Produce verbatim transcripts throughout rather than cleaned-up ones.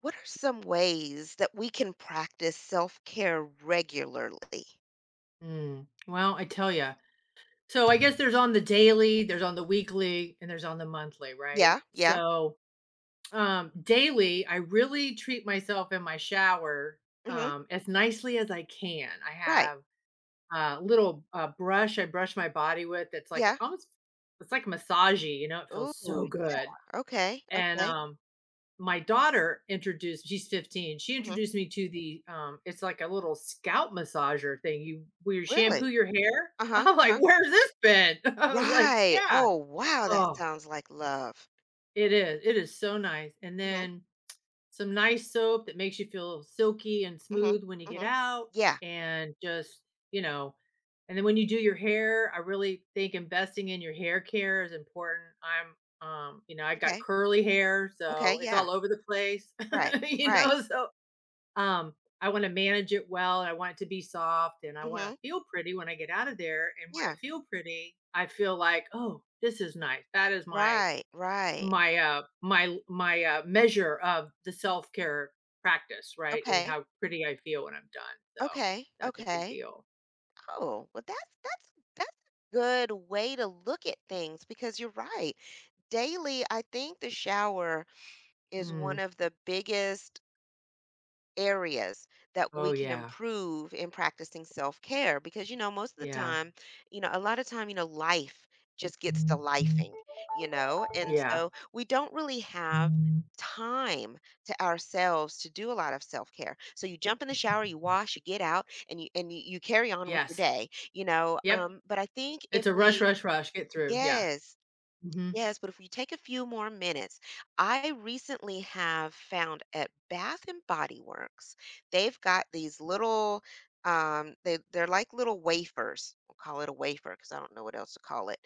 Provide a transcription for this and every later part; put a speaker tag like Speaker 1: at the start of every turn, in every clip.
Speaker 1: What are some ways that we can practice self care regularly?
Speaker 2: Mm. Well, I tell you. So I guess there's on the daily, there's on the weekly, and there's on the monthly, right?
Speaker 1: Yeah, yeah.
Speaker 2: So um daily, I really treat myself in my shower
Speaker 1: Hmm.
Speaker 2: um as nicely as I can. I
Speaker 1: Right.
Speaker 2: have a little uh, brush I brush my body with that's like
Speaker 1: Yeah.
Speaker 2: almost it's like massagey, you know, it
Speaker 1: Ooh,
Speaker 2: feels so good.
Speaker 1: yeah. Okay.
Speaker 2: And
Speaker 1: Okay.
Speaker 2: um my daughter introduced she's fifteen, she
Speaker 1: Hmm.
Speaker 2: introduced me to the um it's like a little scalp massager thing you where you shampoo
Speaker 1: Really?
Speaker 2: your hair.
Speaker 1: Uh huh.
Speaker 2: I'm
Speaker 1: Uh
Speaker 2: like,
Speaker 1: huh.
Speaker 2: where's this been? I was like,
Speaker 1: Right.
Speaker 2: yeah.
Speaker 1: Oh, wow. That
Speaker 2: Oh,
Speaker 1: sounds like love.
Speaker 2: it is it is so nice. And
Speaker 1: Hmm.
Speaker 2: then some nice soap that makes you feel silky and
Speaker 1: Hmm.
Speaker 2: smooth when you get
Speaker 1: Hmm.
Speaker 2: out.
Speaker 1: Yeah.
Speaker 2: And just, you know, and then when you do your hair, I really think investing in your hair care is important. I'm um, you know, I got
Speaker 1: Okay.
Speaker 2: curly hair,
Speaker 1: Okay.
Speaker 2: so it's
Speaker 1: Yeah.
Speaker 2: all over the place.
Speaker 1: Right.
Speaker 2: you
Speaker 1: Right.
Speaker 2: know, so um I want to manage it well. I want it to be soft and I want to
Speaker 1: Hmm.
Speaker 2: feel pretty when I get out of there. And when I
Speaker 1: Yeah.
Speaker 2: feel pretty, I feel like, oh, this is nice. That is my
Speaker 1: Right. Right.
Speaker 2: my uh my my uh measure of the self-care practice, right? Is
Speaker 1: Okay.
Speaker 2: how pretty I feel when I'm done. So
Speaker 1: Okay.
Speaker 2: that's a big
Speaker 1: Okay.
Speaker 2: deal.
Speaker 1: Oh, well that's that's that's a good way to look at things because you're right. Daily, I think the shower is
Speaker 2: Mm.
Speaker 1: one of the biggest areas that
Speaker 2: Oh
Speaker 1: we can
Speaker 2: yeah.
Speaker 1: improve in practicing self-care, because you know most of the
Speaker 2: Yeah.
Speaker 1: time, you know a lot of time, you know life just gets to lifing, you know and
Speaker 2: Yeah.
Speaker 1: so we don't really have time to ourselves to do a lot of self-care. So you jump in the shower, you wash, you get out, and you and you, you carry on with your
Speaker 2: Yes.
Speaker 1: day, you know
Speaker 2: Yep.
Speaker 1: um but I think
Speaker 2: It's
Speaker 1: if
Speaker 2: a rush,
Speaker 1: we
Speaker 2: rush, rush. Get through. Yeah.
Speaker 1: yes.
Speaker 2: Hmm.
Speaker 1: Yes, but if we take a few more minutes, I recently have found at Bath and Body Works, they've got these little um they they're like little wafers. We'll call it a wafer because I don't know what else to call it.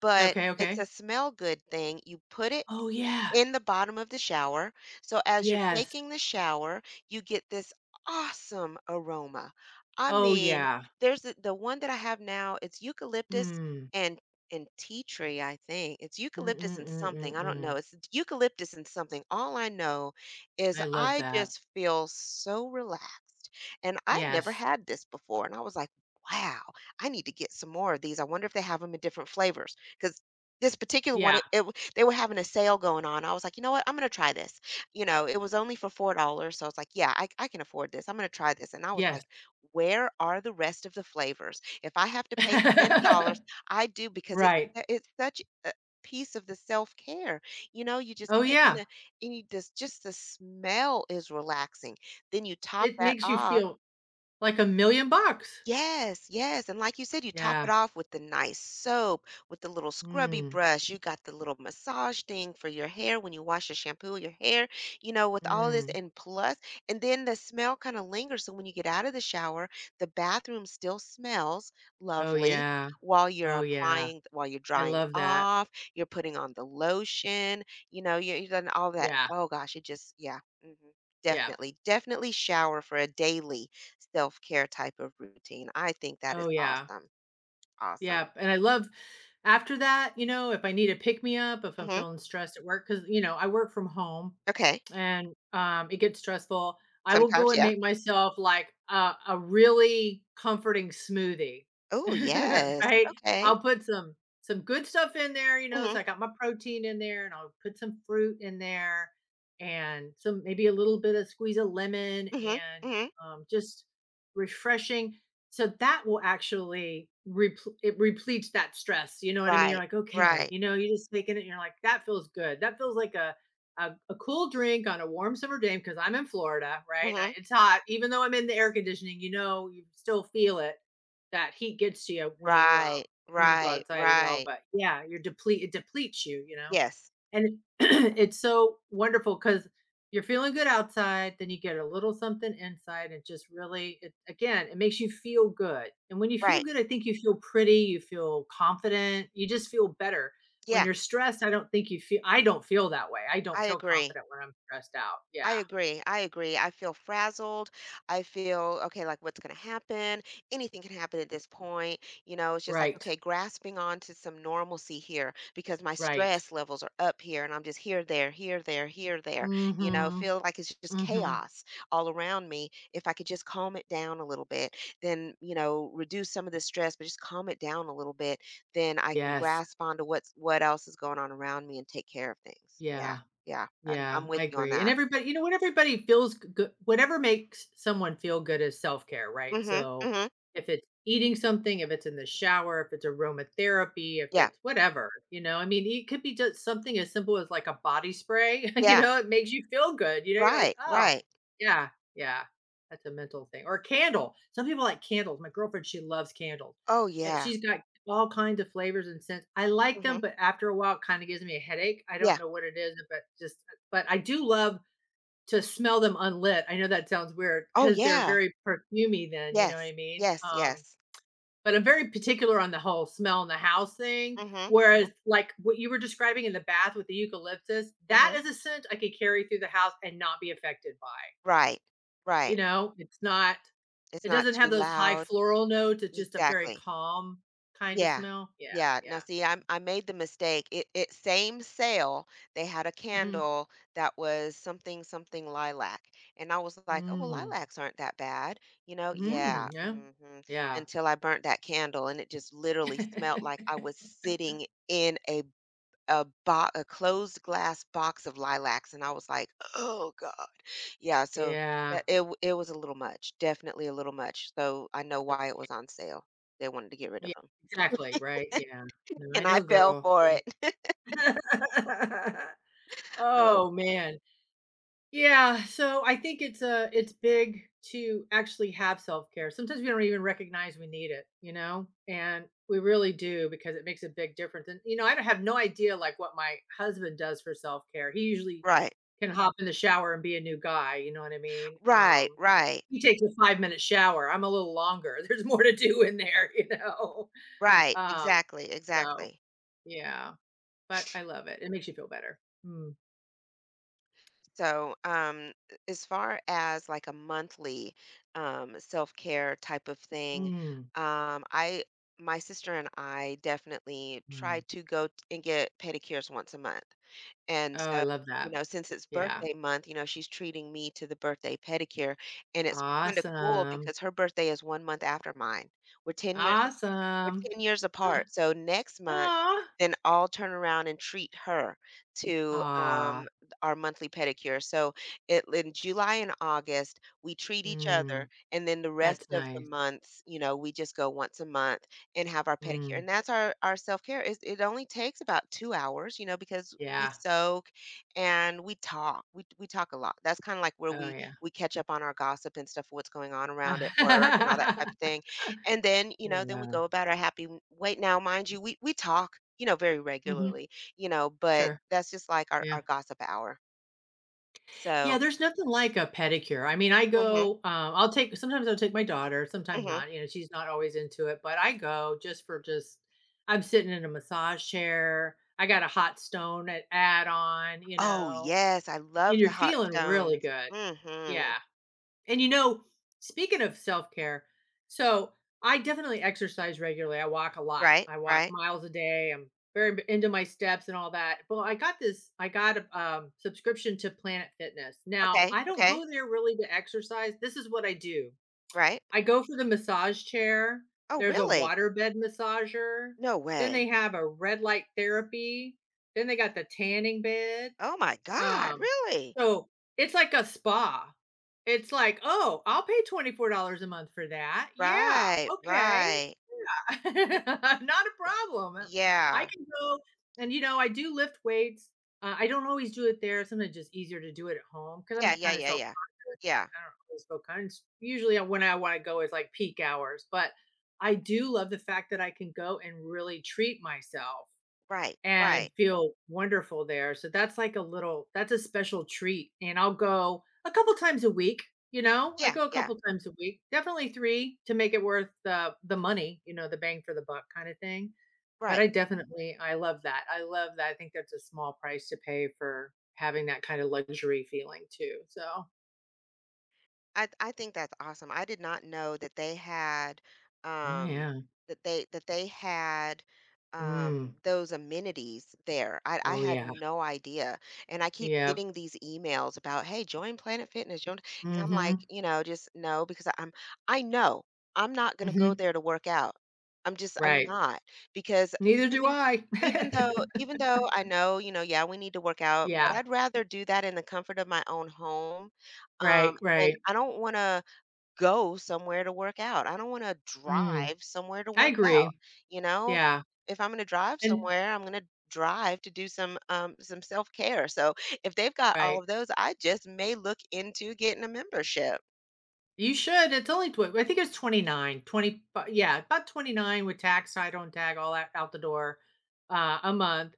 Speaker 1: But
Speaker 2: Okay.
Speaker 1: it's
Speaker 2: Okay.
Speaker 1: a smell good thing. You put it
Speaker 2: Oh yeah.
Speaker 1: in the bottom of the shower. So as you're
Speaker 2: Yes.
Speaker 1: taking the shower, you get this awesome aroma. I
Speaker 2: Oh
Speaker 1: mean,
Speaker 2: yeah.
Speaker 1: there's the, the one that I have now, it's eucalyptus
Speaker 2: Mm.
Speaker 1: and and tea tree, I think. It's eucalyptus and something. I don't
Speaker 2: Mm-mm-mm-mm-mm.
Speaker 1: know. It's eucalyptus and something. All I know is
Speaker 2: I love
Speaker 1: I
Speaker 2: that.
Speaker 1: just feel so relaxed. And I'd never
Speaker 2: Yes.
Speaker 1: had this before. And I was like, wow, I need to get some more of these. I wonder if they have them in different flavors, because this particular one,
Speaker 2: Yeah.
Speaker 1: it it w they were having a sale going on. I was like, "You know what? I'm gonna try this." You know, it was only for four dollars so I was like, "Yeah, I I can afford this. I'm gonna try this." And I was
Speaker 2: Yes.
Speaker 1: like, "Where are the rest of the flavors? If I have to pay ten dollars I do, because it's
Speaker 2: Right.
Speaker 1: uh, it's such a piece of the self-care." You know, you just
Speaker 2: Oh
Speaker 1: get in
Speaker 2: yeah.
Speaker 1: the, and you, just just the smell is relaxing. Then you top
Speaker 2: It
Speaker 1: that
Speaker 2: makes you
Speaker 1: off.
Speaker 2: feel like a million bucks.
Speaker 1: Yes, yes, and like you said, you top it
Speaker 2: Yeah.
Speaker 1: off with the nice soap, with the little scrubby
Speaker 2: Mm,
Speaker 1: brush. You got the little massage thing for your hair when you wash your shampoo your hair, you know, with all of this,
Speaker 2: mm.
Speaker 1: and plus, and then the smell kind of lingers. So when you get out of the shower, the bathroom still smells
Speaker 2: Oh,
Speaker 1: lovely
Speaker 2: yeah.
Speaker 1: while you're
Speaker 2: Oh, yeah.
Speaker 1: applying, while you're
Speaker 2: I
Speaker 1: drying
Speaker 2: love that.
Speaker 1: off, you're putting on the lotion, you know, you- you've done all that.
Speaker 2: Yeah.
Speaker 1: Oh gosh, it just, yeah. Hmm.
Speaker 2: Yep.
Speaker 1: Definitely, definitely shower for a daily. Self-care type of routine. I think that
Speaker 2: Oh,
Speaker 1: is
Speaker 2: yeah.
Speaker 1: awesome, awesome.
Speaker 2: Yep, and I love after that, you know, if I need a pick me up, if I'm
Speaker 1: Mhm.
Speaker 2: feeling stressed at work, because you know, I work from home.
Speaker 1: Okay.
Speaker 2: And, um, it gets stressful. I will go
Speaker 1: Sometimes,
Speaker 2: and
Speaker 1: yeah.
Speaker 2: make myself, like, a a really comforting smoothie,
Speaker 1: Oh, yes.
Speaker 2: right?
Speaker 1: Okay.
Speaker 2: I'll put some some good stuff in there, you know,
Speaker 1: Mhm,
Speaker 2: so I got my protein in there, and I'll put some fruit in there and some maybe a little bit of squeeze of lemon
Speaker 1: mhm,
Speaker 2: and,
Speaker 1: mhm.
Speaker 2: um, just refreshing. So that will actually repl it repletes that stress, you know what I mean? You're
Speaker 1: Right,
Speaker 2: like, "Okay,"
Speaker 1: right.
Speaker 2: you know, you're just taking it, and you're like, "That feels good. That feels like a a, a cool drink on a warm summer day, because I'm in Florida, right? And I,
Speaker 1: Mhm.
Speaker 2: it's hot, even though I'm in the air conditioning. You know, you still feel it. That heat gets to you when you um,
Speaker 1: Right,
Speaker 2: when you go
Speaker 1: right,
Speaker 2: outside at all.
Speaker 1: right.
Speaker 2: But yeah, you're deplete. It depletes you. You know.
Speaker 1: Yes,
Speaker 2: And it- it's so wonderful because 'cause you're feeling good outside, then you get a little something inside, it just really it again, it makes you feel good, and when you feel
Speaker 1: right.
Speaker 2: good, I think you feel pretty, you feel confident, you just feel better. When
Speaker 1: Yeah,
Speaker 2: you're stressed, I don't think you feel I don't feel that way, I don't
Speaker 1: I
Speaker 2: feel
Speaker 1: agree.
Speaker 2: confident when I'm stressed out. Yeah.
Speaker 1: I agree. I agree. I feel frazzled. I feel, okay, like what's going to happen? Anything can happen at this point. You know, it's just like,
Speaker 2: Right.
Speaker 1: okay, grasping on to some normalcy here, because my
Speaker 2: Right.
Speaker 1: stress levels are up here and I'm just here, there, here, there, here, there. You know,
Speaker 2: Mhm.
Speaker 1: feel like it's just
Speaker 2: Mhm.
Speaker 1: chaos all around me. If I could just calm it down a little bit, then, you know, reduce some of the stress, but just calm it down a little bit, then I can
Speaker 2: Yes.
Speaker 1: grasp onto what's what else is going on around me and take care of things. Yeah.
Speaker 2: Yeah.
Speaker 1: Yeah. I,
Speaker 2: Yeah,
Speaker 1: I'm
Speaker 2: I
Speaker 1: with you on
Speaker 2: agree, and
Speaker 1: that.
Speaker 2: everybody you know what, everybody feels good, whatever makes someone feel good is self-care, right?
Speaker 1: Mhm,
Speaker 2: So,
Speaker 1: mhm.
Speaker 2: if it's eating something, if it's in the shower, if it's aromatherapy, if
Speaker 1: Yeah,
Speaker 2: it's whatever, you know, I mean, it could be just something as simple as, like, a body spray, you
Speaker 1: yeah.
Speaker 2: know, it makes you feel good, you know, you're like,
Speaker 1: Right,
Speaker 2: "Oh,
Speaker 1: right.
Speaker 2: yeah, yeah, that's a mental thing," or a candle, some people like candles, my girlfriend, she loves candles,
Speaker 1: Oh,
Speaker 2: and
Speaker 1: yeah.
Speaker 2: she's got all kinds of flavors and scents, I like them,
Speaker 1: Mhm.
Speaker 2: but after a while, it kinda gives me a headache, I don't
Speaker 1: Yeah.
Speaker 2: know what it is, but just but I do love to smell them unlit. I know that sounds weird
Speaker 1: Oh,
Speaker 2: because 'cause they're
Speaker 1: yeah.
Speaker 2: very perfumey then, you know what I
Speaker 1: Yes,
Speaker 2: mean?
Speaker 1: yes,
Speaker 2: Um,
Speaker 1: yes.
Speaker 2: but I'm very particular on the whole smell in the house thing,
Speaker 1: Mhm,
Speaker 2: whereas,
Speaker 1: mhm,
Speaker 2: like, what you were describing in the bath with the eucalyptus, that
Speaker 1: mhm.
Speaker 2: is a scent I could carry through the house and not be affected by,
Speaker 1: Right,
Speaker 2: you
Speaker 1: right.
Speaker 2: know? It's not
Speaker 1: It's
Speaker 2: it
Speaker 1: not
Speaker 2: doesn't
Speaker 1: too
Speaker 2: have those high
Speaker 1: loud.
Speaker 2: floral notes, it's just a very
Speaker 1: Exactly.
Speaker 2: calm kinda
Speaker 1: Yeah.
Speaker 2: smell. Yeah,
Speaker 1: Yeah. Now
Speaker 2: yeah.
Speaker 1: see, I'm I made the mistake. It it same sale, they had a
Speaker 2: Mhm.
Speaker 1: candle that was something something lilac. And I was like, "Oh, well,
Speaker 2: Mm.
Speaker 1: lilacs aren't that bad." You know? Yeah.
Speaker 2: Mm, yeah.
Speaker 1: Hmm.
Speaker 2: Yeah.
Speaker 1: Until I burnt that candle and it just literally smelled like I was sitting in a a bo- a closed glass box of lilacs, and I was like, "Oh god." Yeah, so
Speaker 2: Yeah.
Speaker 1: that it w- it was a little much. Definitely a little much. So I know why it was on sale. They wanted to get rid
Speaker 2: Yeah,
Speaker 1: of them.
Speaker 2: exactly, right, yeah. No, I
Speaker 1: And I
Speaker 2: know,
Speaker 1: fell
Speaker 2: girl.
Speaker 1: for it.
Speaker 2: Yeah.
Speaker 1: Oh,
Speaker 2: Oh, man. Yeah, so I think it's, uh it's big to actually have self-care. Sometimes we don't even recognize we need it, you know, and we really do because it makes a big difference, and, you know, I don't have no idea, like, what my husband does for self-care. He usually
Speaker 1: right.
Speaker 2: can hop in the shower and be a new guy, you know what I mean?
Speaker 1: Right,
Speaker 2: Um, but
Speaker 1: right,
Speaker 2: he takes a five-minute shower. I'm a little longer. There's more to do in there, you know?
Speaker 1: right.
Speaker 2: Um,
Speaker 1: Exactly,
Speaker 2: so
Speaker 1: exactly.
Speaker 2: yeah, but I love it. It makes you feel better. Mm,
Speaker 1: So, um, as far as, like, a monthly, um, self-care type of thing,
Speaker 2: mm,
Speaker 1: um, I my sister and I definitely try
Speaker 2: mm.
Speaker 1: to go t- and get pedicures once a month. And
Speaker 2: Oh, I
Speaker 1: so,
Speaker 2: love
Speaker 1: you
Speaker 2: that.
Speaker 1: know, since it's
Speaker 2: Yeah.
Speaker 1: birthday month, you know, she's treating me to the birthday pedicure, and it's kinda cool
Speaker 2: Awesome.
Speaker 1: because her birthday is one month after mine. We're ten years We're
Speaker 2: Awesome.
Speaker 1: ten years
Speaker 2: Ah,
Speaker 1: apart, so next month,
Speaker 2: ah.
Speaker 1: then I'll turn around and treat her to,
Speaker 2: Aw.
Speaker 1: um, our monthly pedicure. So it in July and August, we treat each other,
Speaker 2: Mm,
Speaker 1: and then the rest
Speaker 2: that's
Speaker 1: of the
Speaker 2: nice.
Speaker 1: months, you know, we just go once a month and have our pedicure,
Speaker 2: Mm,
Speaker 1: and that's our our self-care. It's it it only takes about two hours, you know, because we
Speaker 2: yeah.
Speaker 1: soak and we talk. We we talk a lot. That's kinda like where
Speaker 2: Oh,
Speaker 1: we
Speaker 2: yeah.
Speaker 1: we catch up on our gossip and stuff, what's going on around at work and all that type of thing. And then, you know, then we
Speaker 2: Yeah.
Speaker 1: go about our happy w way. Now, mind you, we we talk, you know, very
Speaker 2: Mhm.
Speaker 1: regularly, you know, but
Speaker 2: Sure.
Speaker 1: that's just like our
Speaker 2: Yeah.
Speaker 1: our gossip hour.
Speaker 2: Yeah,
Speaker 1: So.
Speaker 2: there's nothing like a pedicure. I mean, I
Speaker 1: Mhm,
Speaker 2: go, um, I'll take, sometimes I'll take my daughter, sometimes
Speaker 1: mhm.
Speaker 2: not. You know, she's not always into it, but I go just for just, I'm sitting in a massage chair. I got a hot stone at add on, you
Speaker 1: Oh,
Speaker 2: know,
Speaker 1: yes, I
Speaker 2: and
Speaker 1: love
Speaker 2: you're
Speaker 1: the hot
Speaker 2: feeling really
Speaker 1: stones.
Speaker 2: good. Yeah.
Speaker 1: Mhm.
Speaker 2: And you know, speaking of self-care, so I definitely exercise regularly. I walk a lot.
Speaker 1: Right,
Speaker 2: I walk
Speaker 1: right.
Speaker 2: miles a day. I'm very b- into my steps and all that. Well, I got this, I got a um, subscription to Planet Fitness. Now,
Speaker 1: Okay,
Speaker 2: I don't
Speaker 1: okay,
Speaker 2: go there really to exercise. This is what I do.
Speaker 1: right.
Speaker 2: I go for the massage chair.
Speaker 1: Oh,
Speaker 2: There's a
Speaker 1: really?
Speaker 2: waterbed massager.
Speaker 1: No
Speaker 2: Then they
Speaker 1: way.
Speaker 2: have a red light therapy. Then they got the tanning bed.
Speaker 1: Oh my god,
Speaker 2: Um,
Speaker 1: really?
Speaker 2: so it's like a spa. It's like, "Oh, I'll pay twenty-four dollars a month for that. Yeah,
Speaker 1: Right,
Speaker 2: okay.
Speaker 1: right.
Speaker 2: Not a problem. Uh, I
Speaker 1: Yeah.
Speaker 2: can go" and, you know, I do lift weights. Uh, I don't always do it there. Sometimes it's just easier to do it at home because i 'cause
Speaker 1: Yeah,
Speaker 2: I'm
Speaker 1: yeah,
Speaker 2: kinda
Speaker 1: yeah, yeah.
Speaker 2: self-conscious. I
Speaker 1: Yeah,
Speaker 2: I don't always feel kinds usually, uh, when I wanna go is, like, peak hours, but I do love the fact that I can go and really treat myself
Speaker 1: right,
Speaker 2: and
Speaker 1: right.
Speaker 2: feel wonderful there. So that's like a little that's a special treat, and I'll go a couple times a week, you know? I
Speaker 1: Yeah,
Speaker 2: go a
Speaker 1: yeah,
Speaker 2: couple times a week, definitely three to make it worth the the money, you know, the bang for the buck kinda thing. But
Speaker 1: right.
Speaker 2: I definitely I love that. I love that. I think that's a small price to pay for having that kind of luxury feeling too, so
Speaker 1: I I think that's awesome. I did not know that they had
Speaker 2: Oh,
Speaker 1: um
Speaker 2: yeah.
Speaker 1: that they that they had um
Speaker 2: Mm.
Speaker 1: those amenities there. I I
Speaker 2: Oh,
Speaker 1: had
Speaker 2: yeah.
Speaker 1: no idea. And I keep
Speaker 2: Yep.
Speaker 1: getting these emails about, "Hey, join Planet Fitness." Join, and I'm, mhm, like,
Speaker 2: Mhm.
Speaker 1: you know, just no, because I- I'm I know I'm not going to go,
Speaker 2: Mhm.
Speaker 1: mhm. there to work out. I'm just, I'm
Speaker 2: Right.
Speaker 1: not, because
Speaker 2: Neither do
Speaker 1: even
Speaker 2: I.
Speaker 1: even though even though I know, you know, yeah, we need to work out,
Speaker 2: Yeah.
Speaker 1: but I'd rather do that in the comfort of my own home. Um
Speaker 2: Right,
Speaker 1: and
Speaker 2: right.
Speaker 1: I don't wanna go somewhere to work out. I don't wanna
Speaker 2: Mm.
Speaker 1: drive somewhere to
Speaker 2: I
Speaker 1: work out,
Speaker 2: agree.
Speaker 1: you know?
Speaker 2: Yeah,
Speaker 1: If I'm gonna drive
Speaker 2: and
Speaker 1: somewhere, I'm gonna drive to do some, um, some self-care. So, if they've got all
Speaker 2: right.
Speaker 1: of those, I just may look into getting a membership.
Speaker 2: You should, it's only tw I think it's twenty nine, twenty. Yeah, about twenty-nine with tax, I don't tag, all that out the door, uh, a month.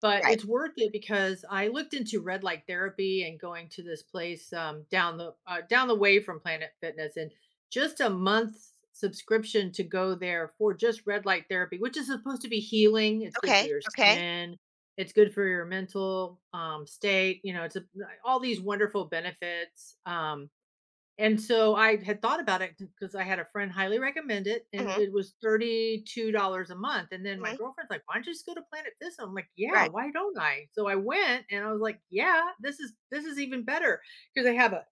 Speaker 2: But
Speaker 1: Right.
Speaker 2: it's worth it because I looked into red light therapy and going to this place um, down the uh, down the way from Planet Fitness, and just a month's subscription to go there for just red light therapy, which is supposed to be healing. It's good for
Speaker 1: Okay,
Speaker 2: your
Speaker 1: okay.
Speaker 2: skin. It's good for your mental um, state. You know, it's a, all these wonderful benefits. Um, and so I had thought about it because I had a friend highly recommend it, and
Speaker 1: Mhm,
Speaker 2: it was thirty-two dollars a month. And then my
Speaker 1: mhm,
Speaker 2: girlfriend's like, "Why don't you just go to Planet Fitness?" I'm like, "Yeah,
Speaker 1: right.
Speaker 2: why don't I?" So I went, and I was like, "Yeah, this is this is even better because they have a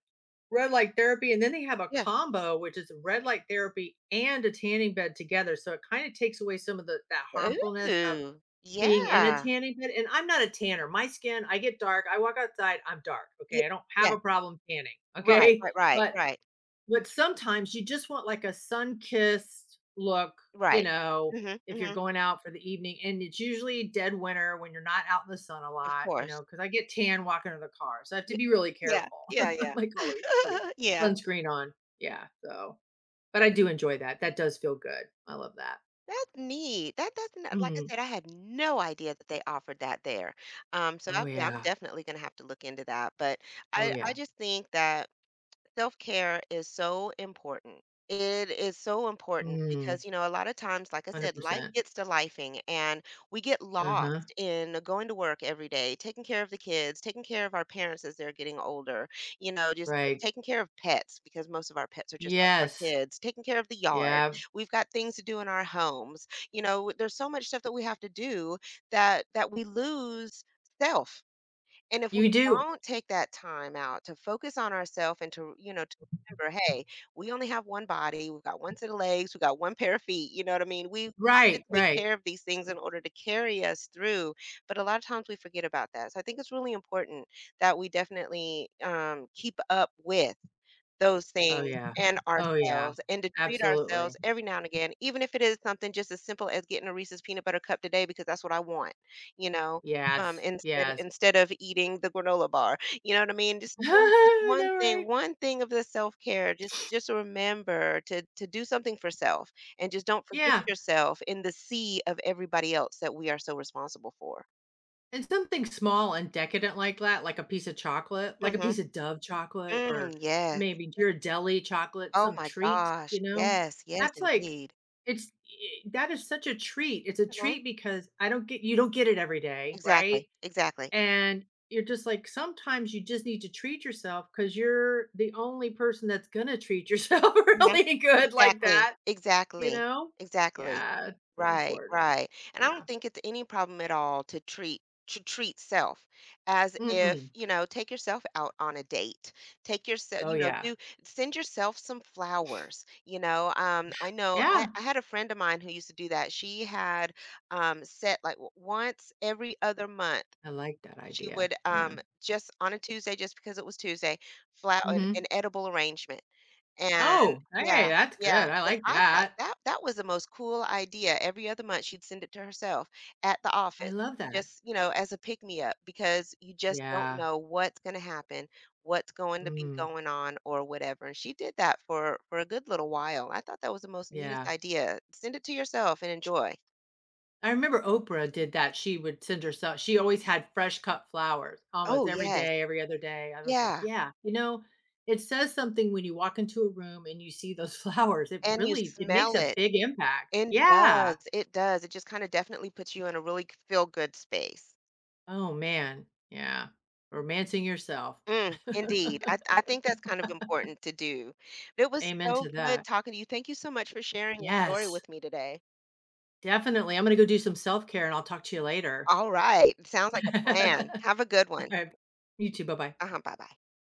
Speaker 2: red light therapy, and then they have a
Speaker 1: Yeah.
Speaker 2: combo, which is red light therapy and a tanning bed together. So it kind of takes away some of the that harmfulness of
Speaker 1: Ooh,
Speaker 2: being in a
Speaker 1: yeah.
Speaker 2: tanning bed. And I'm not a tanner. My skin, I get dark. I walk outside, I'm dark.
Speaker 1: Yeah,
Speaker 2: Okay, I don't have
Speaker 1: yeah.
Speaker 2: a problem tanning.
Speaker 1: Right,
Speaker 2: Okay,
Speaker 1: right, right,
Speaker 2: but
Speaker 1: right,
Speaker 2: but sometimes you just want like a sun-kissed look, you
Speaker 1: right.
Speaker 2: know,
Speaker 1: Mhm,
Speaker 2: if you're
Speaker 1: mhm,
Speaker 2: going out for the evening, and it's usually dead winter when you're not out in the sun a
Speaker 1: of
Speaker 2: lot, you know,
Speaker 1: course.
Speaker 2: because I get tan walking to the car, so I have to
Speaker 1: Y
Speaker 2: be
Speaker 1: y
Speaker 2: really
Speaker 1: yeah,
Speaker 2: careful.
Speaker 1: yeah,
Speaker 2: I'm
Speaker 1: yeah.
Speaker 2: like always putting
Speaker 1: Yeah.
Speaker 2: sunscreen on. Yeah, so but I do enjoy that. That does feel good. I love that.
Speaker 1: That's neat. That doesn't Like I
Speaker 2: Mm.
Speaker 1: said, I had no idea that they offered that there. Um, so
Speaker 2: Oh,
Speaker 1: I, yeah, I'm
Speaker 2: yeah.
Speaker 1: definitely gonna have to look into that. But
Speaker 2: Oh,
Speaker 1: I, I
Speaker 2: yeah.
Speaker 1: just think that self care is so important. It is so important
Speaker 2: Mm,
Speaker 1: because, you know, a lot of times, like I said, life
Speaker 2: one hundred percent.
Speaker 1: gets to lifing, and we get
Speaker 2: Uh-huh.
Speaker 1: lost in going to work every day, taking care of the kids, taking care of our parents as they're getting older, you know, just
Speaker 2: Right.
Speaker 1: taking care of pets, because most of our pets are just like our
Speaker 2: Yes.
Speaker 1: kids, taking care of the yard.
Speaker 2: Yeah.
Speaker 1: We've got things to do in our homes. You know, there's so much stuff that we have to do that that we lose self. And if we
Speaker 2: You do.
Speaker 1: don't take that time out to focus on ourselves and to, you know, to remember, hey, we only have one body, we've got one set of legs, we've got one pair of feet, you know what I mean? We've got to
Speaker 2: Right,
Speaker 1: take
Speaker 2: right.
Speaker 1: care of these things in order to carry us through. But a lot of times we forget about that. So I think it's really important that we definitely um, keep up with those
Speaker 2: Oh,
Speaker 1: things
Speaker 2: yeah.
Speaker 1: and
Speaker 2: Oh, yeah.
Speaker 1: ourselves, and to treat
Speaker 2: Absolutely.
Speaker 1: ourselves every now and again, even if it is something just as simple as getting a Reese's peanut butter cup today because that's what I want, you know, um,
Speaker 2: Yes.
Speaker 1: instead
Speaker 2: Yes.
Speaker 1: instead of eating the granola bar. You know what I mean? Just one, just
Speaker 2: I
Speaker 1: one
Speaker 2: know,
Speaker 1: thing,
Speaker 2: right?
Speaker 1: one thing of the self-care. Just just remember to to do something for self, and just don't forget
Speaker 2: Yeah,
Speaker 1: yourself in the sea of everybody else that we are so responsible for.
Speaker 2: and something small and decadent like that, like a piece of chocolate, like a
Speaker 1: Mhm.
Speaker 2: piece of Dove chocolate or
Speaker 1: Mm, yes.
Speaker 2: maybe Ghirardelli chocolate,
Speaker 1: Oh
Speaker 2: some
Speaker 1: my
Speaker 2: treat,
Speaker 1: gosh.
Speaker 2: you know?
Speaker 1: Yes, yes,
Speaker 2: That's like
Speaker 1: indeed.
Speaker 2: it's I that is such a treat. It's a
Speaker 1: Mhm.
Speaker 2: treat because I don't get you don't get it every day, right?
Speaker 1: Exactly, exactly.
Speaker 2: And you're just like, sometimes you just need to treat yourself because you're the only person that's going to treat yourself
Speaker 1: Mhm.
Speaker 2: really good like
Speaker 1: Exactly,
Speaker 2: that, you
Speaker 1: exactly,
Speaker 2: know?
Speaker 1: exactly.
Speaker 2: Yeah, it's so
Speaker 1: Right,
Speaker 2: important.
Speaker 1: right, and I don't
Speaker 2: Yeah.
Speaker 1: think it's any problem at all to treat to treat self, as
Speaker 2: Mm-mm.
Speaker 1: if, you know, take yourself out on a date. Take yourself,
Speaker 2: Oh,
Speaker 1: you know,
Speaker 2: yeah.
Speaker 1: do send yourself some flowers, you know, um, I know I
Speaker 2: Yeah.
Speaker 1: I had a friend of mine who used to do that. She had, um, set, like, w once every other month,
Speaker 2: I like that
Speaker 1: she
Speaker 2: idea.
Speaker 1: would,
Speaker 2: Yeah.
Speaker 1: um, just on a Tuesday, just because it was Tuesday, flow an
Speaker 2: Hmm.
Speaker 1: an edible arrangement. And
Speaker 2: Oh, hey,
Speaker 1: yeah,
Speaker 2: that's
Speaker 1: yeah,
Speaker 2: good. I
Speaker 1: and
Speaker 2: like
Speaker 1: I thought
Speaker 2: that.
Speaker 1: that that was the most cool idea. Every other month, she'd send it to herself at the
Speaker 2: I
Speaker 1: office,
Speaker 2: love that.
Speaker 1: just, you know, as a pick me up, because you just don't
Speaker 2: Yeah.
Speaker 1: know what's gonna happen, what's going to be
Speaker 2: Mm.
Speaker 1: going on or whatever, and she did that for for a good little while. I thought that was the most neatest
Speaker 2: Yeah.
Speaker 1: idea. Send it to yourself and enjoy.
Speaker 2: I remember Oprah did that. She would send herself she always had fresh cut flowers almost
Speaker 1: Oh,
Speaker 2: every
Speaker 1: yes.
Speaker 2: day, every other day. I was like,
Speaker 1: Yeah,
Speaker 2: "Yeah, you know, it says something when you walk into a room and you see those flowers. It
Speaker 1: and you
Speaker 2: really it makes
Speaker 1: smell
Speaker 2: a
Speaker 1: it.
Speaker 2: big impact."
Speaker 1: It does,
Speaker 2: Yeah.
Speaker 1: it does. It just kinda definitely puts you in a really feel good space.
Speaker 2: Oh, man. Yeah. Romancing yourself.
Speaker 1: Mm, indeed. I, I think that's kind of important to do. It was
Speaker 2: Amen
Speaker 1: so
Speaker 2: to
Speaker 1: good
Speaker 2: that.
Speaker 1: talking to you. Thank you so much for sharing your story
Speaker 2: Yes.
Speaker 1: with me today.
Speaker 2: Definitely. I'm gonna go do some self-care, and I'll talk to you later.
Speaker 1: All right. Sounds like a plan. Have a
Speaker 2: All
Speaker 1: good one.
Speaker 2: right. You too. Bye-bye.
Speaker 1: Uh-huh. Bye bye.